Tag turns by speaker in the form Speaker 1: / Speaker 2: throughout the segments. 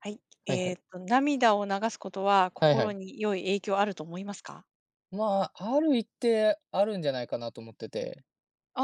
Speaker 1: はい。
Speaker 2: はいはい。
Speaker 1: 涙を流すことは
Speaker 2: はいは
Speaker 1: 心
Speaker 2: い。
Speaker 1: に良い影響あると思いますか？
Speaker 2: まあ、ある一定あるんじゃないかなと思ってて、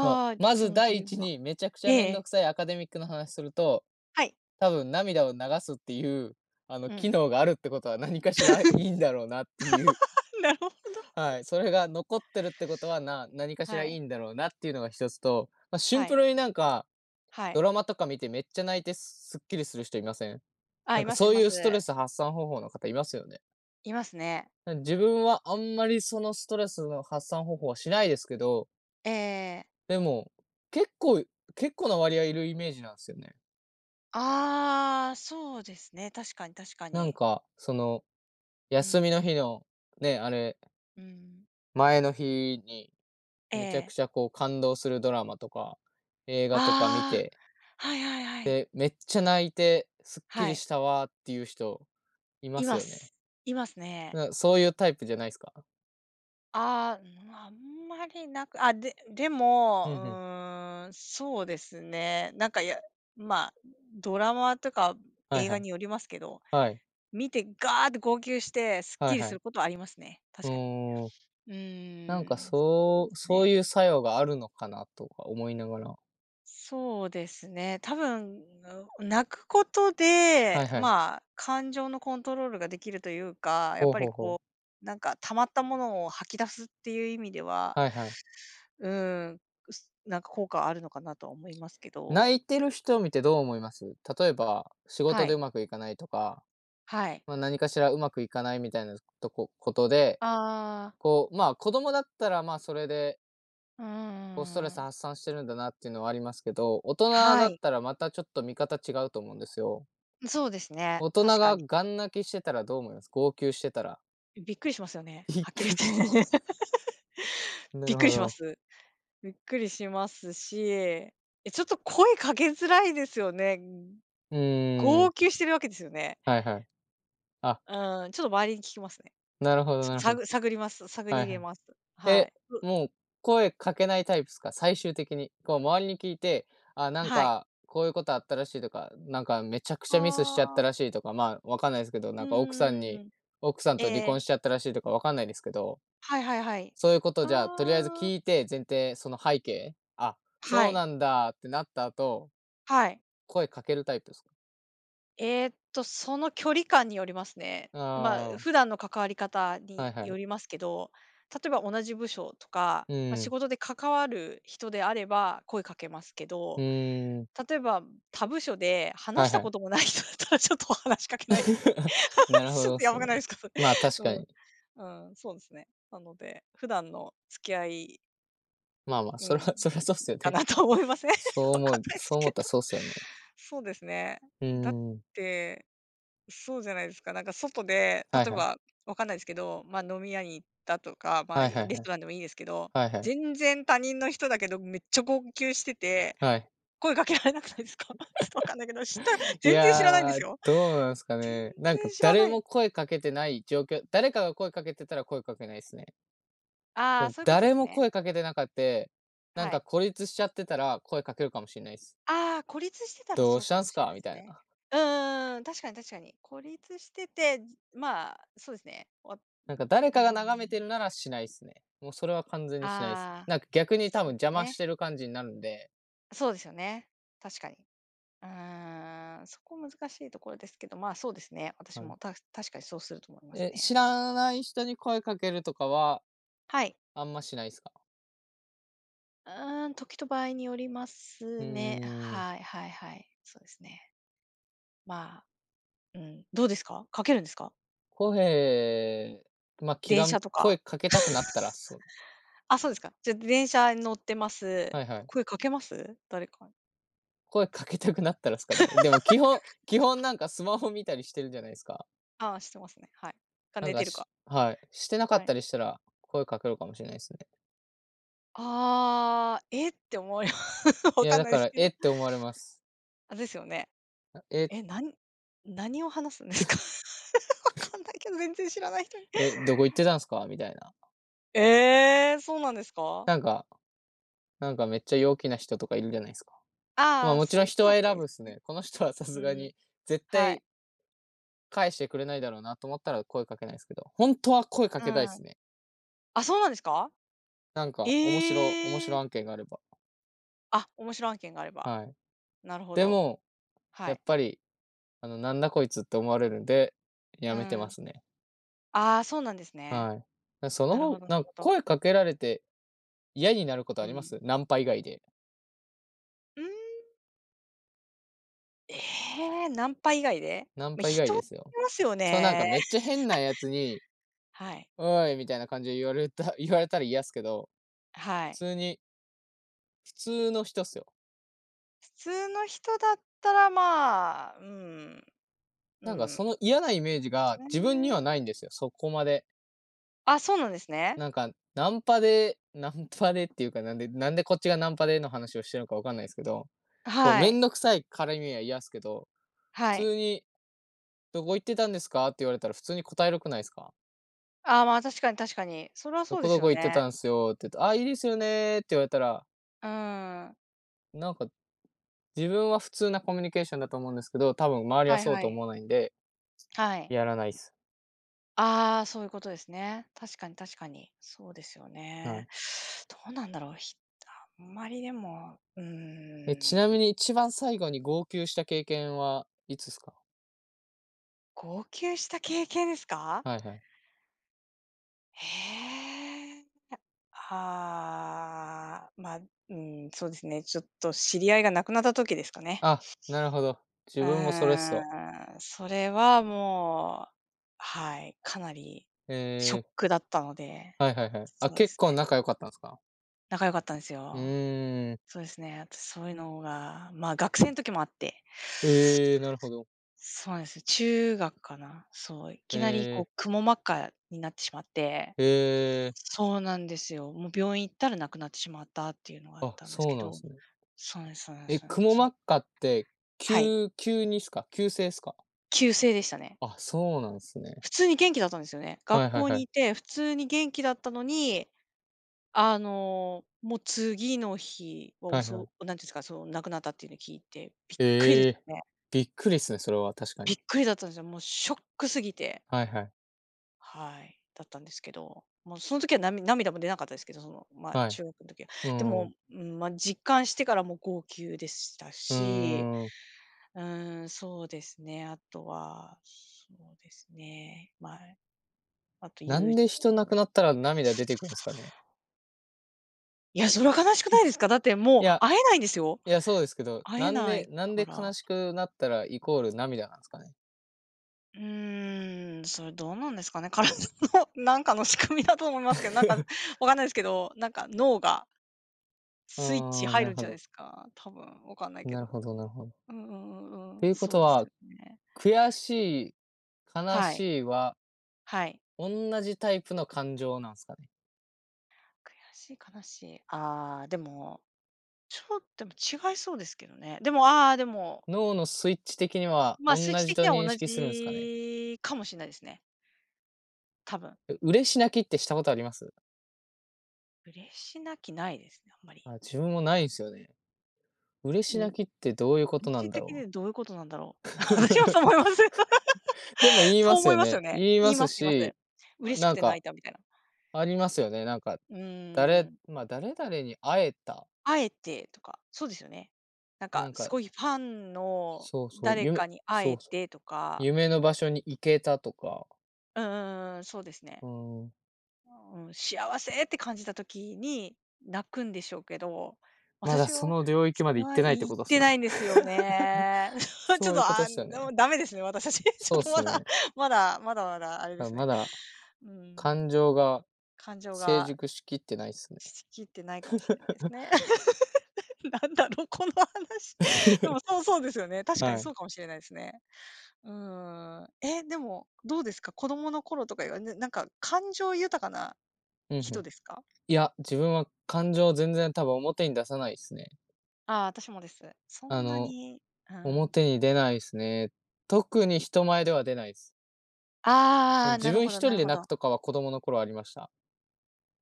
Speaker 2: まあ、
Speaker 1: あ、
Speaker 2: ま
Speaker 1: そ
Speaker 2: ず
Speaker 1: の
Speaker 2: 第
Speaker 1: 理由
Speaker 2: 一
Speaker 1: は、
Speaker 2: にめちゃくちゃ
Speaker 1: え
Speaker 2: めんど
Speaker 1: え、
Speaker 2: くさいアカデミックの話すると、
Speaker 1: はい。
Speaker 2: 多分涙を流すっていう、
Speaker 1: う
Speaker 2: 機
Speaker 1: ん。
Speaker 2: 能があるってことは何かしらいいん だろうなっていう、
Speaker 1: なるほど。
Speaker 2: はい、それが残ってるってことは、何かしら
Speaker 1: は
Speaker 2: い
Speaker 1: い。
Speaker 2: いんだろうなっていうのが一つと、まあ、シ
Speaker 1: は
Speaker 2: ンプ
Speaker 1: い。
Speaker 2: ルになんか、
Speaker 1: は
Speaker 2: ド
Speaker 1: い。
Speaker 2: ラマとか見てめっちゃ泣いてすっきりする人いません？
Speaker 1: あ、
Speaker 2: なん
Speaker 1: い
Speaker 2: か
Speaker 1: ますい
Speaker 2: そう
Speaker 1: ま
Speaker 2: いう
Speaker 1: す。
Speaker 2: ストレス発散方法の方いますよね。
Speaker 1: いますね。
Speaker 2: 自分はあんまりそのストレスの発散方法はしないですけど、
Speaker 1: ええええ。
Speaker 2: でも、結構結構な割合いるイメージなんですよね。
Speaker 1: ああ、そうですね。確かに確か
Speaker 2: なん
Speaker 1: に。
Speaker 2: か、その、
Speaker 1: う
Speaker 2: 休み
Speaker 1: ん。
Speaker 2: の日の、ね、あれ、
Speaker 1: うん。
Speaker 2: 前の日に
Speaker 1: え
Speaker 2: めちゃくちゃ
Speaker 1: え。
Speaker 2: こう感動するドラマとか、映
Speaker 1: あ
Speaker 2: 画とか見
Speaker 1: あ、
Speaker 2: て、
Speaker 1: はいはいはい。
Speaker 2: で、めっちゃ泣いてすっき
Speaker 1: は
Speaker 2: り
Speaker 1: い。
Speaker 2: したわーっていう人
Speaker 1: います。いますね、えええ、ああ、そうですね、確かに確かに、うんうん、ええ、ああ、はいはいはい、は
Speaker 2: い
Speaker 1: い、
Speaker 2: ま
Speaker 1: い
Speaker 2: す
Speaker 1: ま
Speaker 2: よね。
Speaker 1: すいますね。
Speaker 2: なそういうタイプじゃないですか？
Speaker 1: ああ、うん、あんまりなく、あ、でで
Speaker 2: う
Speaker 1: も、う
Speaker 2: ん、うん。
Speaker 1: ーん、そうですね。なんか、や、まあ、ドラマとか
Speaker 2: はい
Speaker 1: 映
Speaker 2: は
Speaker 1: 画
Speaker 2: い。
Speaker 1: によりますけど、
Speaker 2: はい。
Speaker 1: 見てガーって号泣してすっ
Speaker 2: はい
Speaker 1: きり
Speaker 2: は
Speaker 1: する
Speaker 2: い。
Speaker 1: ことはありますね、
Speaker 2: う
Speaker 1: 確かに。
Speaker 2: ー
Speaker 1: う
Speaker 2: なんか
Speaker 1: ーん、そうです
Speaker 2: そう
Speaker 1: ね。
Speaker 2: いう作用があるのかなとか思いながら。
Speaker 1: そうですね。多分、うん、泣くことで、
Speaker 2: はいはい。
Speaker 1: まあ、感情のコントロールができるというか、やっ
Speaker 2: ほう
Speaker 1: ぱり
Speaker 2: ほうほ
Speaker 1: こ
Speaker 2: う。
Speaker 1: う、なんか溜まったものを吐き出すっていう意味では、
Speaker 2: はいはい。
Speaker 1: うん、なんか効果あるのかなとは思いますけど。
Speaker 2: 泣いてる人を見てどう思います？例えば、仕
Speaker 1: は
Speaker 2: 事で
Speaker 1: い。
Speaker 2: うまくいかないとか、
Speaker 1: はい。
Speaker 2: まあ、何かしらうまくいかないみたいなことで、
Speaker 1: ああ、
Speaker 2: こう、まあ子供だったらまあそれで、
Speaker 1: うん
Speaker 2: こうストレス
Speaker 1: ん、
Speaker 2: 発散してるんだなっていうのはありますけど、大人
Speaker 1: は
Speaker 2: だっ
Speaker 1: い。
Speaker 2: たらまたちょっと見方違うと思うんですよ。
Speaker 1: そうですね、
Speaker 2: 大人
Speaker 1: 確か
Speaker 2: が
Speaker 1: に。
Speaker 2: ガン泣きしてたらどう思います？号泣してたら。
Speaker 1: びっくりしますよ ね、
Speaker 2: びっ
Speaker 1: はっきり
Speaker 2: く
Speaker 1: 言って。
Speaker 2: な
Speaker 1: びっ
Speaker 2: る
Speaker 1: く
Speaker 2: ほ
Speaker 1: りしま
Speaker 2: ど。
Speaker 1: す。びっくりしますし、え、ちょっと声かけづらいですよね。
Speaker 2: うー
Speaker 1: 号
Speaker 2: ん。
Speaker 1: 泣してるわけですよね。
Speaker 2: はいはい。あ、
Speaker 1: うん、ちょっと周りに聞きますね。と、
Speaker 2: なるほどなるほど。
Speaker 1: 探ります。探り
Speaker 2: はい
Speaker 1: 入
Speaker 2: は
Speaker 1: れ
Speaker 2: い。
Speaker 1: ます。は
Speaker 2: え、
Speaker 1: い。う、
Speaker 2: もう声かけないタイプですか？最終的に。こう周りに聞いて、あ、なん
Speaker 1: はい。
Speaker 2: かこういうことあったらしいとか、なんかめちゃくち
Speaker 1: あ
Speaker 2: ゃミスしちゃった
Speaker 1: あ。
Speaker 2: らしいとか、まあ、わかんないですけど、
Speaker 1: うん、
Speaker 2: 奥さん
Speaker 1: ええ
Speaker 2: と離婚しち
Speaker 1: え。
Speaker 2: ゃったらしいとかわかんないですけど、
Speaker 1: はいはいはい。
Speaker 2: そういうことじゃあ、とりあえず
Speaker 1: ああ。
Speaker 2: 聞いて、前提、その背景、あ、
Speaker 1: は
Speaker 2: そう
Speaker 1: い、
Speaker 2: なんだってなった後、
Speaker 1: はい。
Speaker 2: 声かけるタイプですか？
Speaker 1: その距離感によりますね。まあ、
Speaker 2: ああ、
Speaker 1: 普段の関わり方
Speaker 2: は
Speaker 1: に
Speaker 2: いは
Speaker 1: よ
Speaker 2: い。
Speaker 1: りますけど、例えば同じ部署とか、
Speaker 2: う
Speaker 1: まあ、仕
Speaker 2: ん。
Speaker 1: 事で関わる人であれば声かけますけ
Speaker 2: う
Speaker 1: ど、
Speaker 2: ーん、
Speaker 1: 例えば他部署で
Speaker 2: は
Speaker 1: 話
Speaker 2: い
Speaker 1: した
Speaker 2: は
Speaker 1: こ
Speaker 2: い。
Speaker 1: ともない人だったらちょっと話しかけないですね。
Speaker 2: なるほ
Speaker 1: ちょっ
Speaker 2: どっ
Speaker 1: とや
Speaker 2: す
Speaker 1: ばくないで
Speaker 2: ね。
Speaker 1: すか？
Speaker 2: まあ、確か
Speaker 1: う
Speaker 2: に。
Speaker 1: ん。うん、そうですね。なので、普段の付き合い、
Speaker 2: まあまあ、
Speaker 1: う
Speaker 2: それ
Speaker 1: ん、
Speaker 2: は それはそうっすよ
Speaker 1: か
Speaker 2: ね。
Speaker 1: なと思いません？
Speaker 2: そう
Speaker 1: わ
Speaker 2: 思
Speaker 1: かん
Speaker 2: う
Speaker 1: ないです
Speaker 2: そう思
Speaker 1: け
Speaker 2: ったら
Speaker 1: ど。
Speaker 2: そうっすよね。
Speaker 1: そうですね。
Speaker 2: う
Speaker 1: だっ
Speaker 2: ーん。
Speaker 1: て、そうじゃないですか。なんか外で、例
Speaker 2: はい
Speaker 1: え
Speaker 2: はい。
Speaker 1: ば、わかんないですけど、ま、飲み屋に行ったとか、ま、
Speaker 2: はいは
Speaker 1: レ
Speaker 2: いは
Speaker 1: ス
Speaker 2: い。
Speaker 1: トランでもいいですけど、
Speaker 2: はいはい。
Speaker 1: 全然他人の人だけど、めっちゃ号泣してて、
Speaker 2: はい。
Speaker 1: 声かけられなくないですか？ちょっとわかんないけど、知った、
Speaker 2: い
Speaker 1: 全然知らないんで
Speaker 2: や、
Speaker 1: すよ。
Speaker 2: どうなんすか
Speaker 1: 全
Speaker 2: ね。なんか
Speaker 1: 然知ら
Speaker 2: 誰
Speaker 1: ない。
Speaker 2: も声かけてない状況、誰かが声かけてたら声かけないっすね。
Speaker 1: あ
Speaker 2: で
Speaker 1: あ、
Speaker 2: も
Speaker 1: そういうことで
Speaker 2: 誰
Speaker 1: す
Speaker 2: も
Speaker 1: ね。
Speaker 2: 声かけてなかって、なん
Speaker 1: はい。
Speaker 2: か孤立しちゃってたら声かけるかもしんないっす。
Speaker 1: ああ、孤立してたら
Speaker 2: 「ど
Speaker 1: そ
Speaker 2: う
Speaker 1: う
Speaker 2: し
Speaker 1: か
Speaker 2: たん
Speaker 1: も
Speaker 2: す
Speaker 1: しれな
Speaker 2: か？」
Speaker 1: いで
Speaker 2: み
Speaker 1: す
Speaker 2: たい
Speaker 1: ね。
Speaker 2: な。
Speaker 1: うんん、ん、確かに確かに。孤立してて、じ、まあ、そうですね。わ、
Speaker 2: なんか誰
Speaker 1: う
Speaker 2: かが眺め
Speaker 1: ん。
Speaker 2: てるならしないっすね。もうそれは完全にしないっす。
Speaker 1: ああ、
Speaker 2: なんか逆に多
Speaker 1: そ
Speaker 2: 分
Speaker 1: うで
Speaker 2: 邪
Speaker 1: す
Speaker 2: 魔し
Speaker 1: ね。
Speaker 2: てる感じになるんで、
Speaker 1: そうですよね。確かに。うーん、そこ難しいところですけど、まあ、そうですね。私
Speaker 2: はい。
Speaker 1: もた、確かにそうすると思います
Speaker 2: え、知
Speaker 1: ね。
Speaker 2: らない人に声かけるとかは、
Speaker 1: はい。
Speaker 2: あんましないすか？
Speaker 1: うーん、時と場合によりま
Speaker 2: う
Speaker 1: す
Speaker 2: ー
Speaker 1: ね。
Speaker 2: ん、
Speaker 1: はいはいはい。そうですね。まあ、うん、どうですか？かけるんですか？
Speaker 2: 声、ま、気
Speaker 1: 電
Speaker 2: が
Speaker 1: 車
Speaker 2: む
Speaker 1: と
Speaker 2: 声
Speaker 1: か。
Speaker 2: かけたくなったら、そう
Speaker 1: あ、そうですか。じゃ、電車に乗ってます。
Speaker 2: はいはい。
Speaker 1: 声かけます？誰かに。
Speaker 2: 声かけたくなったらすかね。でも基本なんかスマホ見たりしてるじゃないすか。
Speaker 1: ああ、してますね。はい。か、
Speaker 2: な
Speaker 1: 寝
Speaker 2: んか
Speaker 1: てるか。
Speaker 2: しはい、してなか
Speaker 1: は
Speaker 2: った
Speaker 1: い。
Speaker 2: りしたら、声かけるかもしれないすね。
Speaker 1: ああ、えって思うよ。
Speaker 2: い
Speaker 1: わ
Speaker 2: や
Speaker 1: かん
Speaker 2: だ
Speaker 1: ないで
Speaker 2: か
Speaker 1: す
Speaker 2: ら、
Speaker 1: け
Speaker 2: え
Speaker 1: ど。
Speaker 2: って思われます。
Speaker 1: あ、ですよね。
Speaker 2: え、
Speaker 1: え、なに、何を話すんですか？わかんないけど、全然知らない人に。
Speaker 2: え、どこ行ってたんすか？みたいな。
Speaker 1: ええ、そうなんですか？
Speaker 2: なんかなんかめっちゃ陽気な人とかいるじゃないすか。ま、
Speaker 1: ああ、
Speaker 2: もち
Speaker 1: そう
Speaker 2: ろ
Speaker 1: い
Speaker 2: ん
Speaker 1: う
Speaker 2: 人
Speaker 1: 人だっ
Speaker 2: は
Speaker 1: たら
Speaker 2: 選
Speaker 1: いいで
Speaker 2: ぶっ
Speaker 1: す。
Speaker 2: すね。この人はさ
Speaker 1: う
Speaker 2: すが
Speaker 1: ん、
Speaker 2: に絶
Speaker 1: は
Speaker 2: 対
Speaker 1: い。
Speaker 2: 返してくれないだろうなと思ったら声かけないですけど、本当は声か
Speaker 1: うん。
Speaker 2: けたいですね。
Speaker 1: あ、そうなんですか？
Speaker 2: なんか、面
Speaker 1: え
Speaker 2: 白
Speaker 1: え。
Speaker 2: 案件があれば。
Speaker 1: あ、面白い案件があれば。
Speaker 2: はい。
Speaker 1: なるほ
Speaker 2: で
Speaker 1: ど。
Speaker 2: も、
Speaker 1: は
Speaker 2: やっ
Speaker 1: い。
Speaker 2: ぱり、あの、なんだこいつって思われるんで、や
Speaker 1: う
Speaker 2: めてま
Speaker 1: ん。
Speaker 2: すね。
Speaker 1: ああ、そうなんですね。
Speaker 2: はい。なその
Speaker 1: なるほ
Speaker 2: 方、
Speaker 1: どな
Speaker 2: な
Speaker 1: る
Speaker 2: んか
Speaker 1: ほど。
Speaker 2: 声かけられて嫌になること
Speaker 1: う
Speaker 2: ありま
Speaker 1: ん。
Speaker 2: す？ナンパ以外で。
Speaker 1: うーん。ええ、ナンパ以外で？
Speaker 2: ナン
Speaker 1: ま、
Speaker 2: パ以外
Speaker 1: 人によ
Speaker 2: ですよ。
Speaker 1: りますよ
Speaker 2: そうなん
Speaker 1: ね。
Speaker 2: かめっちゃ変なやつに、
Speaker 1: はい。
Speaker 2: おいみたいな感じで言われた、言われたら嫌っすけど、
Speaker 1: は
Speaker 2: 普
Speaker 1: い。
Speaker 2: 通に、普通の人っすよ。
Speaker 1: 普通の人だったら、まあ、うん、う
Speaker 2: なんか
Speaker 1: ん。
Speaker 2: その嫌なイメージ
Speaker 1: そ
Speaker 2: が
Speaker 1: うです
Speaker 2: 自分にはない
Speaker 1: ね。
Speaker 2: んですよ。そこまで。
Speaker 1: あ、そうなんですね。
Speaker 2: なんか、ナンパでっていうか、なんでこっちがナンパでの話をしてるのかわかんないですけど、こう、
Speaker 1: は
Speaker 2: め
Speaker 1: い。
Speaker 2: んどくさい絡みは嫌ですけど、普
Speaker 1: はい。
Speaker 2: 通に「どこ行ってたんですか？」って言われたら普通に答えるくないですか？
Speaker 1: ああ、まあ、確かに確かに。それは
Speaker 2: 「ど
Speaker 1: そう
Speaker 2: こ
Speaker 1: です
Speaker 2: ど
Speaker 1: よ
Speaker 2: こ行って
Speaker 1: ね。
Speaker 2: たんすよ」って言うあ、いいですよね」って言われたら、
Speaker 1: うーん。
Speaker 2: なんか、自分は普通なコミュニケーションだと思うんですけど、多分周りは
Speaker 1: はい
Speaker 2: そう
Speaker 1: は
Speaker 2: と
Speaker 1: い。
Speaker 2: 思わないんで、
Speaker 1: はい。
Speaker 2: やらないっす。
Speaker 1: ああ、そういうことですね。確かに確かに。そうですよ
Speaker 2: は
Speaker 1: ね。
Speaker 2: い。
Speaker 1: どうなんだろう、ひ、あんまりでも、うー
Speaker 2: え、ちなみ
Speaker 1: ん。
Speaker 2: に一番最後に号泣した経験はいつっすか？
Speaker 1: 号泣した経験ですか？
Speaker 2: はいはい。
Speaker 1: へえ。ああ、まあ、うーん、そうですね、ちょっと知り合いが亡くなった時ですかね。
Speaker 2: あ、なるほど。
Speaker 1: う
Speaker 2: 自分もそれっすわ。
Speaker 1: ーん、それはもう、はい、かなり
Speaker 2: え
Speaker 1: ショッ
Speaker 2: ー
Speaker 1: クだったので、
Speaker 2: はいはいはい。あ、
Speaker 1: そうで
Speaker 2: 結
Speaker 1: す
Speaker 2: 構
Speaker 1: ね。
Speaker 2: 仲良かったんですか？
Speaker 1: 仲良かったんです
Speaker 2: う
Speaker 1: よ。
Speaker 2: ーん。
Speaker 1: そうですね、私そういうのが、ま、学生の時もあって、
Speaker 2: ええ、なるほど。
Speaker 1: そうなんですよ、中学かな、そう、い
Speaker 2: え
Speaker 1: きなりこう、
Speaker 2: え、
Speaker 1: くも膜下になってしまって、
Speaker 2: ええ、
Speaker 1: そうなんですよ。もう病院行ったら亡くなってしまったっていうのがあっ
Speaker 2: あ、
Speaker 1: たんです
Speaker 2: そう
Speaker 1: け
Speaker 2: なんで
Speaker 1: ど。
Speaker 2: すね。
Speaker 1: そうなんですそうなんです
Speaker 2: え、
Speaker 1: そうなん
Speaker 2: く
Speaker 1: で
Speaker 2: も
Speaker 1: す。
Speaker 2: 膜下って、き
Speaker 1: はい、
Speaker 2: 急にっすか？急性っすか？
Speaker 1: 急性でしたね。
Speaker 2: あ、そうなんですね。
Speaker 1: 普通に元気だったんですよね。
Speaker 2: は
Speaker 1: 学
Speaker 2: いはい
Speaker 1: 校
Speaker 2: は
Speaker 1: にい
Speaker 2: い。
Speaker 1: て、普通に元気だったのに、あの、もう次の日は
Speaker 2: は
Speaker 1: お
Speaker 2: いは
Speaker 1: そ、
Speaker 2: い。
Speaker 1: なんていうんですか、その亡くなったっていうのを聞いて、びっくりで
Speaker 2: え
Speaker 1: した
Speaker 2: え、
Speaker 1: ね。
Speaker 2: びっくりっすね、それは確か
Speaker 1: びっ
Speaker 2: に。
Speaker 1: くりだったんですよ。もうショックすぎて。
Speaker 2: はいはい。
Speaker 1: はい、だったんですけど、もうその時はなみ、涙も出なかったですけど、その、まあ、
Speaker 2: はい。
Speaker 1: 中学の時は。
Speaker 2: う
Speaker 1: でも、
Speaker 2: ん。
Speaker 1: うん、まあ、実感してからも号泣でした
Speaker 2: う
Speaker 1: し、
Speaker 2: ーん。
Speaker 1: うーん、そうですね、あとは、そうですね、まあ、あと
Speaker 2: な
Speaker 1: 友
Speaker 2: んで
Speaker 1: 人。
Speaker 2: 人亡くなったら涙出てくるんですかね？
Speaker 1: いや、それは悲しくないですか？だってもう
Speaker 2: いや、
Speaker 1: 会えないんですよ。
Speaker 2: いや、そうですけど、
Speaker 1: 会えない
Speaker 2: なん
Speaker 1: か
Speaker 2: で
Speaker 1: ら。
Speaker 2: 悲しくなったらイコール涙なんですかね？
Speaker 1: うーん、それどうなんですかね。体の なんかの仕組みだと思いますけど、なんか わかんないですけど、なんか脳がスイッチ
Speaker 2: ああ、
Speaker 1: 入
Speaker 2: な
Speaker 1: る
Speaker 2: る
Speaker 1: ん
Speaker 2: ほ
Speaker 1: じゃない
Speaker 2: ど。
Speaker 1: ですか？多分わかんないけ
Speaker 2: なる
Speaker 1: ど。
Speaker 2: ほどなるほど。
Speaker 1: うんうんうん
Speaker 2: と
Speaker 1: うん。
Speaker 2: いうこ
Speaker 1: そう
Speaker 2: と
Speaker 1: です
Speaker 2: は、
Speaker 1: よね。
Speaker 2: 悔しい、悲
Speaker 1: はい。
Speaker 2: しいは、
Speaker 1: はい。
Speaker 2: 同じタイプの感情なんですかね？
Speaker 1: 悔しい、悲しい。ああ、でも、ちょっとでも違いそうですけどね。でも、ああ、でも、
Speaker 2: 脳のスイッチ的には
Speaker 1: ま、あ、
Speaker 2: 同
Speaker 1: 数値
Speaker 2: じ
Speaker 1: 的
Speaker 2: と
Speaker 1: には
Speaker 2: 認
Speaker 1: 同
Speaker 2: 識するんですかね？
Speaker 1: じかもしれないですね、多分。
Speaker 2: え、嬉し泣きってしたことあります？
Speaker 1: 嬉しなきないですね、あんまり。
Speaker 2: あ、自分もないんですよね。嬉
Speaker 1: う
Speaker 2: し泣
Speaker 1: ん。
Speaker 2: きってどういうこと
Speaker 1: 嬉
Speaker 2: なん
Speaker 1: し
Speaker 2: だ
Speaker 1: 泣き
Speaker 2: ろう？
Speaker 1: でどういうことなんだろう。私はそう思い ます。
Speaker 2: でも言 いま
Speaker 1: そう
Speaker 2: す
Speaker 1: 思い
Speaker 2: よ
Speaker 1: ますよ
Speaker 2: ね。
Speaker 1: ね。
Speaker 2: 言い
Speaker 1: 言
Speaker 2: ま
Speaker 1: い
Speaker 2: す
Speaker 1: ます言います。
Speaker 2: し、
Speaker 1: 嬉しく
Speaker 2: なん
Speaker 1: て泣
Speaker 2: か、
Speaker 1: いたみたいな。
Speaker 2: ありますよね。なんか、
Speaker 1: うーん。
Speaker 2: まあ、誰々に会えた、
Speaker 1: 会えてとか、そうですよね。なん
Speaker 2: な
Speaker 1: か
Speaker 2: ん
Speaker 1: す
Speaker 2: か、
Speaker 1: ごいファンの
Speaker 2: そうそう、
Speaker 1: 誰
Speaker 2: 夢
Speaker 1: かに会
Speaker 2: そ
Speaker 1: え
Speaker 2: うそう、
Speaker 1: てとか、
Speaker 2: 夢の
Speaker 1: も
Speaker 2: 場所に行けたとか、
Speaker 1: う、うんうんうん、そうですね。
Speaker 2: うん。
Speaker 1: うん、幸せって感じた時に泣くんでしょうけど、
Speaker 2: まだ
Speaker 1: 私
Speaker 2: そ
Speaker 1: は、
Speaker 2: の領
Speaker 1: そ
Speaker 2: 域まで
Speaker 1: れ
Speaker 2: 行っ
Speaker 1: は
Speaker 2: てないって
Speaker 1: 言っ
Speaker 2: ことっ
Speaker 1: て
Speaker 2: す
Speaker 1: ない
Speaker 2: ね。
Speaker 1: んですよ ね。ちょ
Speaker 2: そ
Speaker 1: っ
Speaker 2: うい
Speaker 1: と、
Speaker 2: うことっ
Speaker 1: あ
Speaker 2: すよ
Speaker 1: の、
Speaker 2: ね。
Speaker 1: ダメですね、私たち。ちょ
Speaker 2: そう
Speaker 1: っ
Speaker 2: っ
Speaker 1: とま
Speaker 2: す
Speaker 1: だ、
Speaker 2: ね。
Speaker 1: まだ、まだまだあれで
Speaker 2: あ、
Speaker 1: す
Speaker 2: ま
Speaker 1: ね。
Speaker 2: だ
Speaker 1: うん、
Speaker 2: 感情が
Speaker 1: 感情
Speaker 2: 成
Speaker 1: が
Speaker 2: 熟しきってないっすね。
Speaker 1: しきってないかもしれないですね。なんだろう、この話。でも、そうですよね。確か
Speaker 2: は
Speaker 1: に
Speaker 2: い。
Speaker 1: そうかもしれないですね。うーん。え、でも、どうですか？子供の頃とかいうね、なんか感情豊かな
Speaker 2: うんう
Speaker 1: 人
Speaker 2: ん。
Speaker 1: ですか？
Speaker 2: いや、自分は感情を全然多分表に出さないっすね。
Speaker 1: ああ、私もです。そ
Speaker 2: あ
Speaker 1: んな
Speaker 2: の、
Speaker 1: に、うん。
Speaker 2: 表に出ないっすね。特に人前では出ないです。その
Speaker 1: ああ、な
Speaker 2: 自
Speaker 1: る
Speaker 2: 分
Speaker 1: ほ
Speaker 2: 一
Speaker 1: ど
Speaker 2: 人
Speaker 1: なる
Speaker 2: で
Speaker 1: ほ
Speaker 2: 泣く
Speaker 1: ど。
Speaker 2: とかは子供の頃ありました。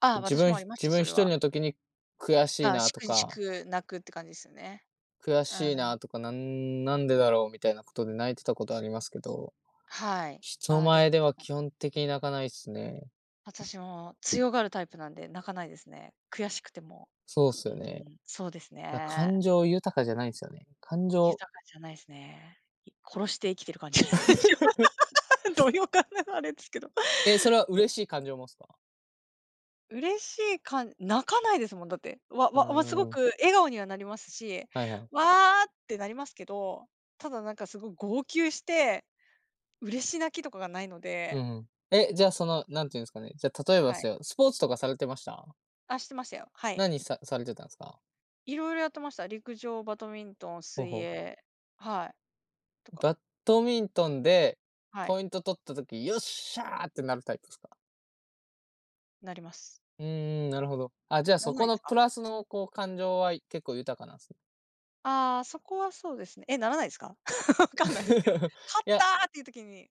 Speaker 1: ああ、私もありました、
Speaker 2: 自分
Speaker 1: それ
Speaker 2: 一
Speaker 1: は。
Speaker 2: 人の時に悔し
Speaker 1: あ
Speaker 2: い
Speaker 1: あ、
Speaker 2: な
Speaker 1: し
Speaker 2: と
Speaker 1: くし
Speaker 2: か、
Speaker 1: く泣くって感じですよね。
Speaker 2: 悔
Speaker 1: う
Speaker 2: しい
Speaker 1: ん。
Speaker 2: なとか、なんでだろうみたいなことで泣いてたことありますけど
Speaker 1: はい。
Speaker 2: 人
Speaker 1: ああ、でも
Speaker 2: 前で
Speaker 1: 確
Speaker 2: は
Speaker 1: かに。
Speaker 2: 基本的に泣かないっすね。
Speaker 1: 私も強がるタイプなんで、泣かないですね。悔しくても。
Speaker 2: そうっす
Speaker 1: う
Speaker 2: よ
Speaker 1: んう
Speaker 2: ね。
Speaker 1: ん、そうです
Speaker 2: だ
Speaker 1: ね。
Speaker 2: 感情豊かじゃないんすよね。感情
Speaker 1: 豊かじゃないですね。い殺して生きてる感じ。どういう感じあれですけど。
Speaker 2: え、それは嬉しい感情もっすか？
Speaker 1: 嬉しい感じ泣かないですもん、だって。わ
Speaker 2: うー
Speaker 1: わわ、すご
Speaker 2: ん、
Speaker 1: く笑顔にはなりますし、
Speaker 2: はいはい。
Speaker 1: わーってなりますけど、ただなんかすごい号泣して、嬉し泣きとかがないので。
Speaker 2: うんうん。え、じゃあ、その、なんていうんですかね、じゃあ、例えばっ
Speaker 1: は
Speaker 2: す
Speaker 1: い。
Speaker 2: よ、スポーツとかされてました？
Speaker 1: あ、してましたよ。はい。
Speaker 2: 何さされてたんすか？
Speaker 1: いろいろやってました。陸上、バドミントン、
Speaker 2: ほう
Speaker 1: 水
Speaker 2: ほう。
Speaker 1: 泳、はい、とか、
Speaker 2: バッドミントンで
Speaker 1: はい、
Speaker 2: ポイント取った時、よっしゃーってなるタイプですか？
Speaker 1: なります。
Speaker 2: うんん、なるほど。あ、じゃあ、
Speaker 1: なら
Speaker 2: そ
Speaker 1: な
Speaker 2: こ
Speaker 1: いで
Speaker 2: の
Speaker 1: すか？
Speaker 2: プラスのこう感情はい結構豊かなんすね。
Speaker 1: ああ、そこはそうですね。え、ならないですか？わかんないですけど。「勝っ
Speaker 2: いや、
Speaker 1: た！」っていう時に、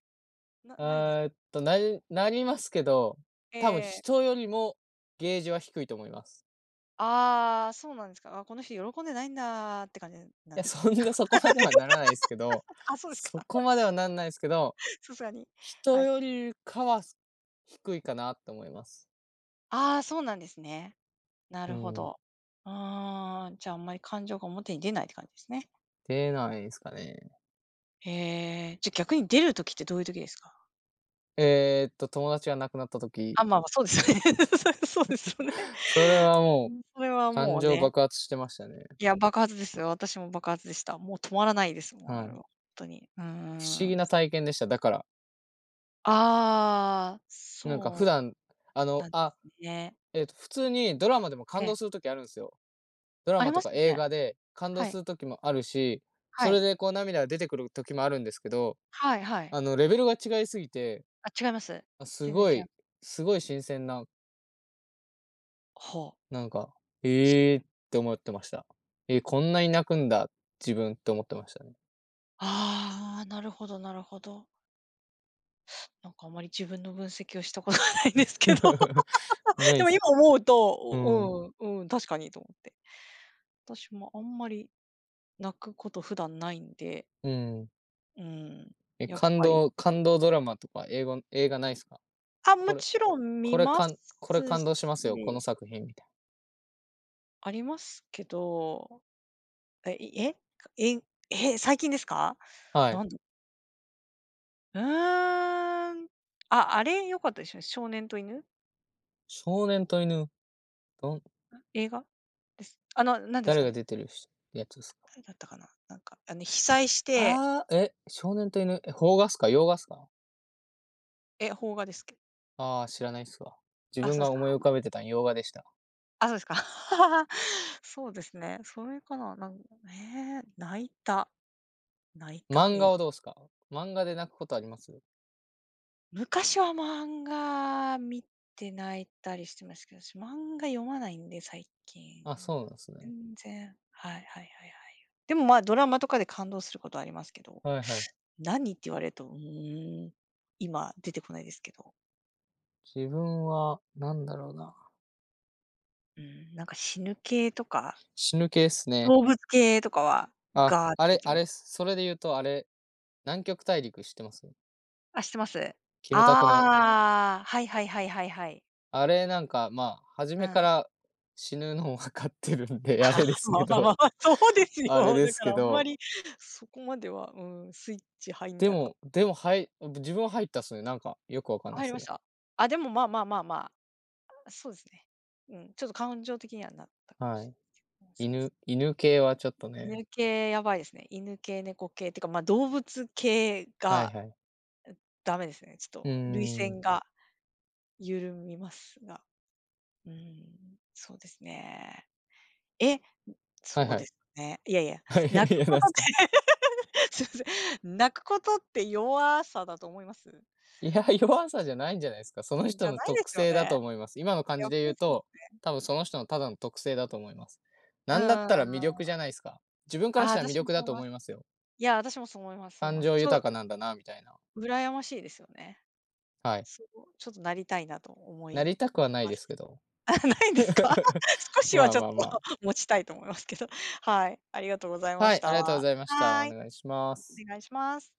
Speaker 1: なないんですか。
Speaker 2: なりますけど、
Speaker 1: え
Speaker 2: 多分
Speaker 1: えー。
Speaker 2: 人よりもゲージは低いと思います。
Speaker 1: ああ、そうなんですか。あ、この人喜んでないんだーって感じな
Speaker 2: い
Speaker 1: ん
Speaker 2: や、
Speaker 1: ですか
Speaker 2: そ
Speaker 1: ね。
Speaker 2: んなそこ まではならないですけど、
Speaker 1: あ、そうですか。
Speaker 2: そこまではなんないですけど、
Speaker 1: さすがに。は
Speaker 2: 人
Speaker 1: い。
Speaker 2: よりかは、低いかなって思います。
Speaker 1: ああ、そうなんですね。な
Speaker 2: う
Speaker 1: るほ
Speaker 2: ん。
Speaker 1: ど。ああ、じゃあ、あんまり感情が表に出ないって感じですね。
Speaker 2: 出ないですかね。
Speaker 1: へえ。じゃ、逆に出る時ってどういう時ですか？
Speaker 2: えーっと、友達が亡くなった時、
Speaker 1: あ、まあまあ、そうですよね。そそうですよね。
Speaker 2: それは
Speaker 1: う
Speaker 2: も
Speaker 1: ん、それは
Speaker 2: う感
Speaker 1: もう
Speaker 2: 情
Speaker 1: ね。
Speaker 2: 爆発してましたね。
Speaker 1: いや、爆発ですよ。私も爆発でした。もう止まらないです、もう、あ
Speaker 2: は
Speaker 1: れは、
Speaker 2: い。
Speaker 1: ほんとに。うー
Speaker 2: 不思議
Speaker 1: ん。
Speaker 2: な体験でした。だから、
Speaker 1: ああ、
Speaker 2: なんか
Speaker 1: そう
Speaker 2: 普段、あの、
Speaker 1: なんで
Speaker 2: あ、
Speaker 1: すね。
Speaker 2: 普通にドラマでも
Speaker 1: え
Speaker 2: 感
Speaker 1: え、
Speaker 2: 動する時あるんですよ。ドラ
Speaker 1: あり
Speaker 2: マ
Speaker 1: ま
Speaker 2: と
Speaker 1: す
Speaker 2: か
Speaker 1: よ
Speaker 2: 映
Speaker 1: ね。
Speaker 2: 画で感動
Speaker 1: は
Speaker 2: す
Speaker 1: い。
Speaker 2: る時もあるし、
Speaker 1: は
Speaker 2: それ
Speaker 1: い。
Speaker 2: でこう涙が出てくる時もあるんですけど、
Speaker 1: はいはい。
Speaker 2: あのレベルが違いすぎて、
Speaker 1: あ、違います。
Speaker 2: あ、す
Speaker 1: 全然
Speaker 2: ご
Speaker 1: 違う。
Speaker 2: い、すごい新鮮な、
Speaker 1: ほう。
Speaker 2: なんか、ええーって思ってました。えー、こんなに泣くんだ、自分って思ってましたね。
Speaker 1: ああ、なるほどなるほど。なんかあまり自分の分析をしたことがないんですけど、
Speaker 2: な い
Speaker 1: で
Speaker 2: で
Speaker 1: も
Speaker 2: す
Speaker 1: 今
Speaker 2: か？
Speaker 1: 思うと、
Speaker 2: うん、
Speaker 1: おうん、うん、確かにと思って。私もあんまり泣くこと普段ないんで、
Speaker 2: うん。
Speaker 1: うん、
Speaker 2: え、
Speaker 1: やっぱり。
Speaker 2: 感動ドラマとか映画ないですか？
Speaker 1: あ、も
Speaker 2: これ
Speaker 1: ちろん見ま
Speaker 2: これ
Speaker 1: す
Speaker 2: 感動しますよ、この
Speaker 1: し、
Speaker 2: 作品みたい。
Speaker 1: ありますけど、え、いえ、え、え、最近ですか？
Speaker 2: なは
Speaker 1: な
Speaker 2: い。
Speaker 1: んだ、うーん。あ、あれ良かったですよね、少年と犬？
Speaker 2: 少年と犬、どん
Speaker 1: 映画？です。あの、なんです
Speaker 2: 誰
Speaker 1: か
Speaker 2: が
Speaker 1: ね、
Speaker 2: 出てる人やつですか？
Speaker 1: 誰だったかな、なんか、あの、被災して。
Speaker 2: ああ、え、少年と犬、え、邦画っすか？洋画っすか？
Speaker 1: え、邦画ですけど。
Speaker 2: ああー、知らないっすわ。自
Speaker 1: あ、
Speaker 2: 分
Speaker 1: そうで
Speaker 2: が
Speaker 1: すか。
Speaker 2: 思い浮かべてたん洋画でした。
Speaker 1: あ、そうですか。そうですね、それかな、なんね、え、泣いた
Speaker 2: 漫
Speaker 1: 画。
Speaker 2: 画はどうっすか？漫画で泣くことあります？
Speaker 1: 昔は漫画見て泣いたりしてますけど、私漫画読まないんで、最近。
Speaker 2: あ、そうなんすね。
Speaker 1: 全然。はいはいはいはい。でも、ま、あドラマとかで感動することありますけど、
Speaker 2: はいはい。
Speaker 1: 何って言われると、うーん、今出てこないですけど、
Speaker 2: 自分はなんだろうな、
Speaker 1: うん、なんか死ぬ系とか、
Speaker 2: 死ぬ系っすね。
Speaker 1: 動物系とかは
Speaker 2: あ、
Speaker 1: ガーっていきま
Speaker 2: あ
Speaker 1: す。
Speaker 2: れっす。それで言うとあれ、南極大陸知ってます？
Speaker 1: あ、知ってます。
Speaker 2: キムタクの。
Speaker 1: ああ、はいはいはいはいはい。
Speaker 2: あれ、なんか、まあ、初
Speaker 1: う
Speaker 2: めか
Speaker 1: ん。
Speaker 2: ら死ぬの分かってるんで、あれです
Speaker 1: まあ
Speaker 2: け
Speaker 1: まあまあ、
Speaker 2: ど
Speaker 1: そうで す
Speaker 2: あれ
Speaker 1: よ。
Speaker 2: で
Speaker 1: だ
Speaker 2: す
Speaker 1: から
Speaker 2: け
Speaker 1: あんま
Speaker 2: ど、
Speaker 1: りそこまでは、うん、スイッチ入んなかった。
Speaker 2: でも、はい自分は入ったっすね。なんか、よくわかんないで
Speaker 1: 入
Speaker 2: す
Speaker 1: り
Speaker 2: け
Speaker 1: まし
Speaker 2: ど。
Speaker 1: た？あ、でも、まあまあまあまあ、そうですね。うん、ちょっと感情的にはなったかも
Speaker 2: は
Speaker 1: しれ
Speaker 2: い。
Speaker 1: ない。うん、そうです。
Speaker 2: 犬系はちょっとね。
Speaker 1: 犬系やばいですね。犬系、猫系っていうか、ま、動物系
Speaker 2: はい
Speaker 1: が
Speaker 2: はい。
Speaker 1: ダメですね。ちょっ
Speaker 2: うー
Speaker 1: と涙
Speaker 2: ん。
Speaker 1: 腺が緩みますが、うん、そうですね。え、
Speaker 2: はい
Speaker 1: そう
Speaker 2: は
Speaker 1: で
Speaker 2: い。
Speaker 1: すね。いやいや、
Speaker 2: はい、
Speaker 1: 泣く
Speaker 2: いや、
Speaker 1: こ
Speaker 2: なん
Speaker 1: とっ
Speaker 2: すか？
Speaker 1: て すいません、泣くことって弱さだと思います？
Speaker 2: いや、弱さじゃないんじゃないですか。その
Speaker 1: じ
Speaker 2: 人
Speaker 1: ゃ
Speaker 2: の
Speaker 1: ないで
Speaker 2: 特
Speaker 1: すよ
Speaker 2: 性
Speaker 1: ね。
Speaker 2: だと思います。今の感
Speaker 1: や
Speaker 2: じ
Speaker 1: っ
Speaker 2: で
Speaker 1: ぱ
Speaker 2: 言
Speaker 1: り
Speaker 2: う
Speaker 1: そう、
Speaker 2: と、多分その人のただの特性だと思います。
Speaker 1: うん
Speaker 2: なんだったら魅
Speaker 1: ん。
Speaker 2: 力じゃないですか。自分から
Speaker 1: ああ、
Speaker 2: したら魅
Speaker 1: 私も
Speaker 2: 力
Speaker 1: そう
Speaker 2: だ
Speaker 1: 思
Speaker 2: と
Speaker 1: いま
Speaker 2: 思
Speaker 1: す。
Speaker 2: いますよ。
Speaker 1: いや、私もそう思いますそう思い
Speaker 2: 感
Speaker 1: ます。
Speaker 2: 情
Speaker 1: ち
Speaker 2: 豊
Speaker 1: ょ、
Speaker 2: かなんだなみたいな。
Speaker 1: 羨ましいですよね。
Speaker 2: はい。
Speaker 1: そう、ちょっとなりたいなと思
Speaker 2: な
Speaker 1: い
Speaker 2: りたくはない
Speaker 1: ま
Speaker 2: で
Speaker 1: す。
Speaker 2: すけど。
Speaker 1: あ、ないんですか？少しは
Speaker 2: まあ
Speaker 1: ちょっ
Speaker 2: まあ
Speaker 1: と
Speaker 2: まあ。
Speaker 1: 持ちたいと思いますけど。はい、ありがとうございま
Speaker 2: は
Speaker 1: し
Speaker 2: い、あ
Speaker 1: た。
Speaker 2: りがとうご
Speaker 1: は
Speaker 2: ざいました。お
Speaker 1: い、
Speaker 2: 願いしま
Speaker 1: お
Speaker 2: す。
Speaker 1: 願いします。